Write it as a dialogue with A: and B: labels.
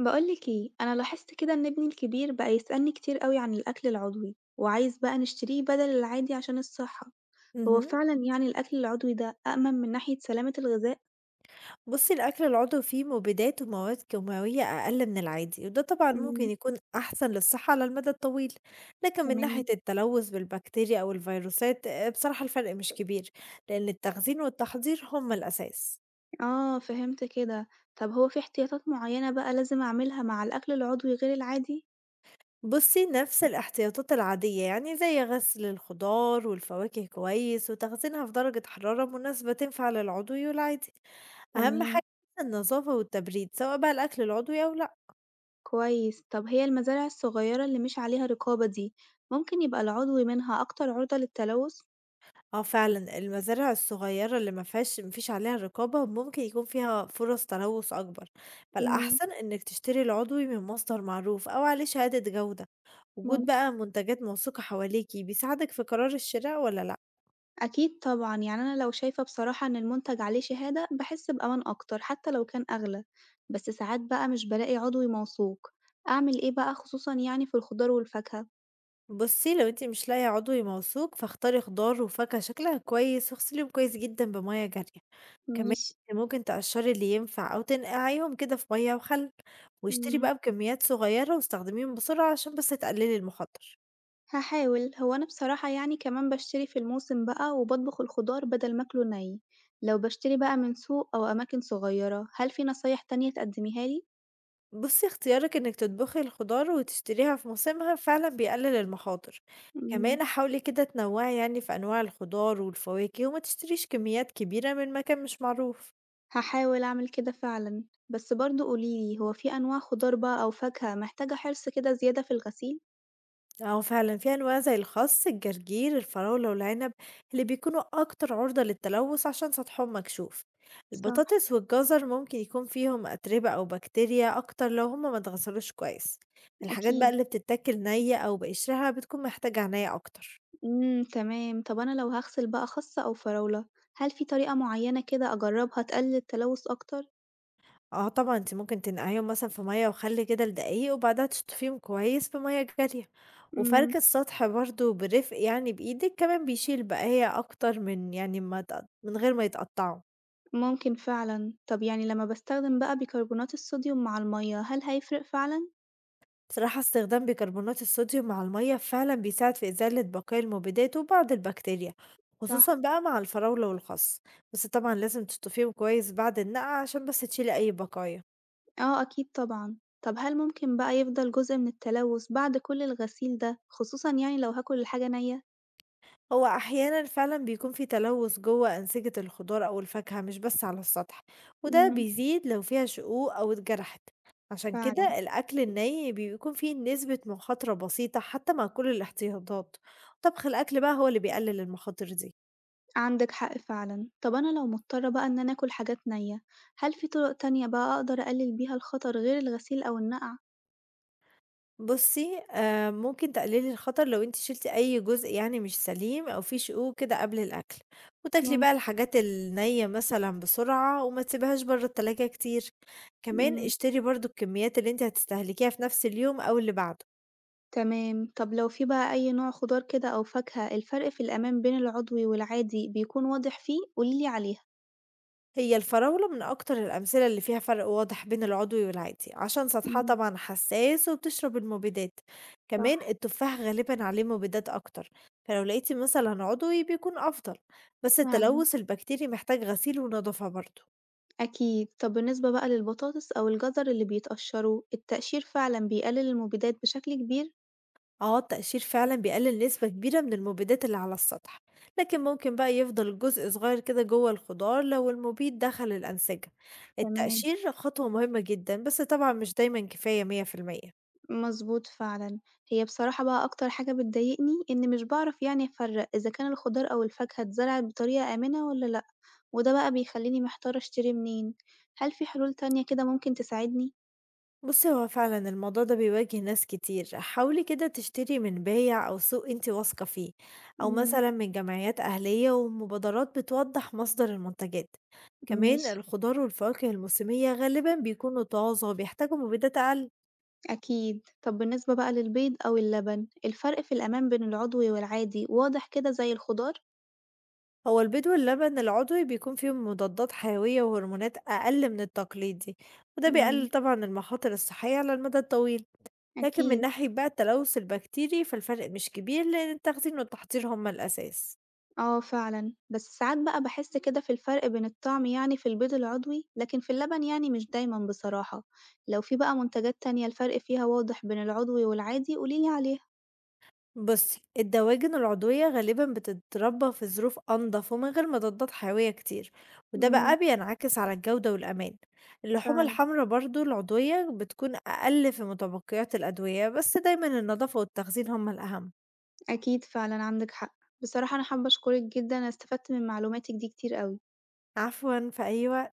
A: بقولك ايه، انا لاحظت كده ان ابني الكبير بقى يسألني كتير قوي عن الاكل العضوي، وعايز بقى نشتريه بدل العادي عشان الصحة. هو
B: اهم.
A: فعلا يعني الاكل العضوي ده أأمن من ناحية سلامة الغذاء؟
B: بُصّي، الأكل العضوي فيه مبيدات ومواد كيماوية أقل من العادي، وده طبعًا ممكن
A: امم
B: يكون أحسن للصحة على المدى الطويل، لكن من ناحية
A: تمام.
B: التلوث بالبكتيريا أو الفيروسات بصراحة الفرق مش كبير، لأن التخزين والتحضير هُم الأساس.
A: اه فهمت كده. طب هو في احتياطات معينة بقى لازم اعملها مع الاكل العضوي غير العادي؟
B: بُصّي، نفس الاحتياطات العادية، يعني زي غسل الخضار والفواكه كويس وتخزينها في درجة حرارة مناسبة تنفع للعضوي والعادي. أهم
A: تمام.
B: حاجة النضافة والتبريد، سواء بقى الأكل العضوي أو لا.
A: كويس. طب هي المزارع الصغيرة اللي مش عليها رقابة دي، ممكن يبقى العضوي منها اكتر عرضة للتلوث؟
B: آه فعلًا، المزارع الصغيّرة اللي ما فيش عليها رقابة ممكن يكون فيها فرص تلوث أكبر،
A: امم.
B: فالأحسن إنك تشتري العضوي من مصدر معروف أو عليه شهادة جودة، وجود
A: ممكن.
B: بقى منتجات موثوقة حواليكِ بيساعدك في قرار الشراء والّا لأ؟
A: أكيد طبعًا، يعني أنا لو شايفة بصراحة إن المنتج عليه شهادة باحس بأمان أكتر حتى لو كان أغلى، بس ساعات بقى مش بالاقي عضوي موثوق، أعمل إيه بقى خصوصًا يعني في الخضار والفاكهة؟
B: بُصّي، لو أنتِ مش لاقية عضوي موثوق فاختاري خضار وفاكهة شكلها كويس واغسليهم كويس جدًا بمَيّة جارية، كمان
A: ماشي.
B: ممكن تقشّري اللي ينفع أو تنقعيهم كده في مَيّة وخل، واشتري
A: إمم،
B: بقى بكميات صغيّرة واستخدميهم بسرعة عشان بس تقللي المخاطر.
A: هاحاول، هو أنا بصراحة يعني كمان باشتري في الموسم بقى وباطبخ الخضار بدل ما آكله ني، لو باشتري بقى من سوق أو أماكن صغيرة، هل في نصايح تانية تقدميها لي؟
B: بُصّي اختيارِك إنِّك تطبخي الخضار وتشتريها في موسمها فعلًا بيقلل المخاطر،
A: إمم،
B: كمان حاولي كده تنوّعي يعني في أنواع الخضار والفواكه وما تشتريش كميات كبيرة من مكان مش معروف،
A: هاحاول أعمل كده فعلًا، بس برضه قولي لي هو في أنواع خضار بقى أو فاكهة محتاجة حرص كده زيادة في الغسيل؟
B: أهو فعلًا في أنواع زي الخس، الجرجير، الفراولة والعنب اللي بيكونوا أكتر عرضة للتلوث عشان سطحهم مكشوف،
A: صح.
B: البطاطس والجزر ممكن يكون فيهم أتربة أو بكتيريا أكتر لو هم ما اتغسلوش كويس، الحاجات بقى
A: أكيد.
B: اللي بتتاكل نية أو بقشرها بتكون محتاجة عناية أكتر.
A: إمم، تمام. طب أنا لو هاغسل بقى خَصّ أو فراولة، هل في طريقة معيّنة كده أجرّبها تقلل التلوث أكتر؟
B: آه طبعًا أنتِ ممكن تنقعيهم مثلًا في مَيّة وخل كده لدقايق، وبعدها تشطفيهم كويس بمَيّة جارية،
A: إمم،
B: وفرك السطح برضه برفق يعني بإيدِك كمان بيشيل بقايا أكتر من يعني ما تق من غير ما يتقطعوا.
A: ممكن فعلًا. طب يعني لمّا باستخدم بقى بيكربونات الصوديوم مع المَيّة، هل هيفرق فعلًا؟
B: بصراحة استخدام بيكربونات الصوديوم مع المَيّة فعلًا بيساعد في إزالة بقايا المبيدات وبعض البكتيريا،
A: صح.
B: خصوصًا بقى مع الفراولة والخس، بس طبعًا لازم تشطفيهم كويس بعد النقع عشان بس تشيلي أي بقايا.
A: آه أكيد طبعًا. طب هل ممكن بقى يفضل جزء من التلوث بعد كل الغسيل ده، خصوصًا يعني لو هاكل الحاجة نيّة؟
B: هو أحيانا فعلا بيكون في تلوث جوه أنسجة الخضار أو الفاكهة مش بس على السطح، وده
A: إمم،
B: بيزيد لو فيها شقوق أو اتجرحت. عشان
A: فعلًا.
B: كده الأكل الني بيكون فيه نسبة مخاطرة بسيطة حتى مع كل الاحتياطات. طبخ الأكل بقى هو اللي بيقلل المخاطر دي.
A: عندك حق فعلا. طب أنا لو مضطرة بقى إن أنا آكل حاجات نية، هل في طرق تانية بقى أقدر أقلل بيها الخطر غير الغسيل أو النقع؟
B: بُصّي، ممكن تقللي الخطر لو أنتِ شِلتِ أي جزء يعني مش سليم أو فيه شقوق كده قبل الأكل، وتاكلي بقى
A: ممكن.
B: الحاجات النية مثلًا بسرعة وما تسيبيهاش برّه التلاجة كتير، كمان
A: مم.
B: اشتري برضه الكميات اللي أنتِ هتستهلكيها في نفس اليوم أو اللي بعده.
A: تمام. طب لو في بقى أي نوع خضار كده أو فاكهة الفرق في الأمان بين العضوي والعادي بيكون واضح فيه، قوليلي عليها.
B: هي الفراولة من أكتر الأمثلة اللي فيها فرق واضح بين العضوي والعادي عشان سطحها
A: مم.
B: طبعا حساس وبتشرب المبيدات. كمان
A: صح.
B: التفاح غالبا عليه مبيدات أكتر، فلو لقيتي مثلا عضوي بيكون أفضل، بس
A: فعلا.
B: التلوث البكتيري محتاج غسيل ونضافة برضه.
A: أكيد. طب بالنسبة بقى للبطاطس أو الجزر اللي بيتقشروا، التقشير فعلا بيقلل المبيدات بشكل كبير؟
B: اه التقشير فعلا بيقلل نسبة كبيرة من المبيدات اللي على السطح، لكن ممكن بقى يفضل جزء صغير كده جوه الخضار لو المبيد دخل الأنسجة.
A: تمام.
B: التقشير خطوة مهمة جدا بس طبعا مش دايما كفاية 100%.
A: مضبوط فعلًا. هي بصراحة بقى أكتر حاجة بتضايقني إني مش باعرف يعني أفرّق إذا كان الخضار أو الفاكهة اتزرعت بطريقة آمنة والّا لأ، وده بقى بيخلّيني محتارة أشتري منين، هل في حلول تانية كده ممكن تساعدني؟
B: بُصّي، هو فعلًا الموضوع ده بيواجه ناس كتير، حاولي كده تشتري من بايع أو سوق أنتِ واثقة فيه، أو
A: إمم،
B: مثلًا من جمعيات أهلية ومبادرات بتوضّح مصدر المنتجات، كمان
A: ماشي،
B: الخضار والفواكه الموسمية غالبًا بيكونوا طازة وبيحتاجوا مبيدات أقل،
A: أكيد. طب بالنسبة بقى للبيض أو اللبن، الفرق في الأمان بين العضوي والعادي واضح كده زي الخضار؟
B: هو البيض واللبن العضوي بيكون فيهم مضادات حيوية وهرمونات أقل من التقليدي، وده
A: إمم،
B: بيقلل طبعًا المخاطر الصحية على المدى الطويل، لكن من
A: أكيد.
B: ناحية بقى التلوث البكتيري فالفرق مش كبير لأن التخزين والتحضير هما الأساس.
A: آه فعلًا، بس ساعات بقى باحس كده في الفرق بين الطعم يعني في البيض العضوي، لكن في اللبن يعني مش دايمًا بصراحة، لو في بقى منتجات تانية الفرق فيها واضح بين العضوي والعادي قولي لي عليها.
B: بُصّي، الدواجن العضوية غالبًا بتتربى في ظروف أنضف ومن غير مضادات حيوية كتير، وده بقى
A: امم،
B: بينعكس على الجودة والأمان. اللحوم
A: فعلًا.
B: الحمرا برضه العضوية بتكون أقل في متبقيات الأدوية، بس دايمًا النضافة والتخزين هُم الأهم.
A: أكيد فعلًا عندِك حق، بصراحة أنا حابة أشكرِك جدًا، أنا استفدت من معلوماتِك دي كتير أوي.
B: عفوًا، في أي وقت.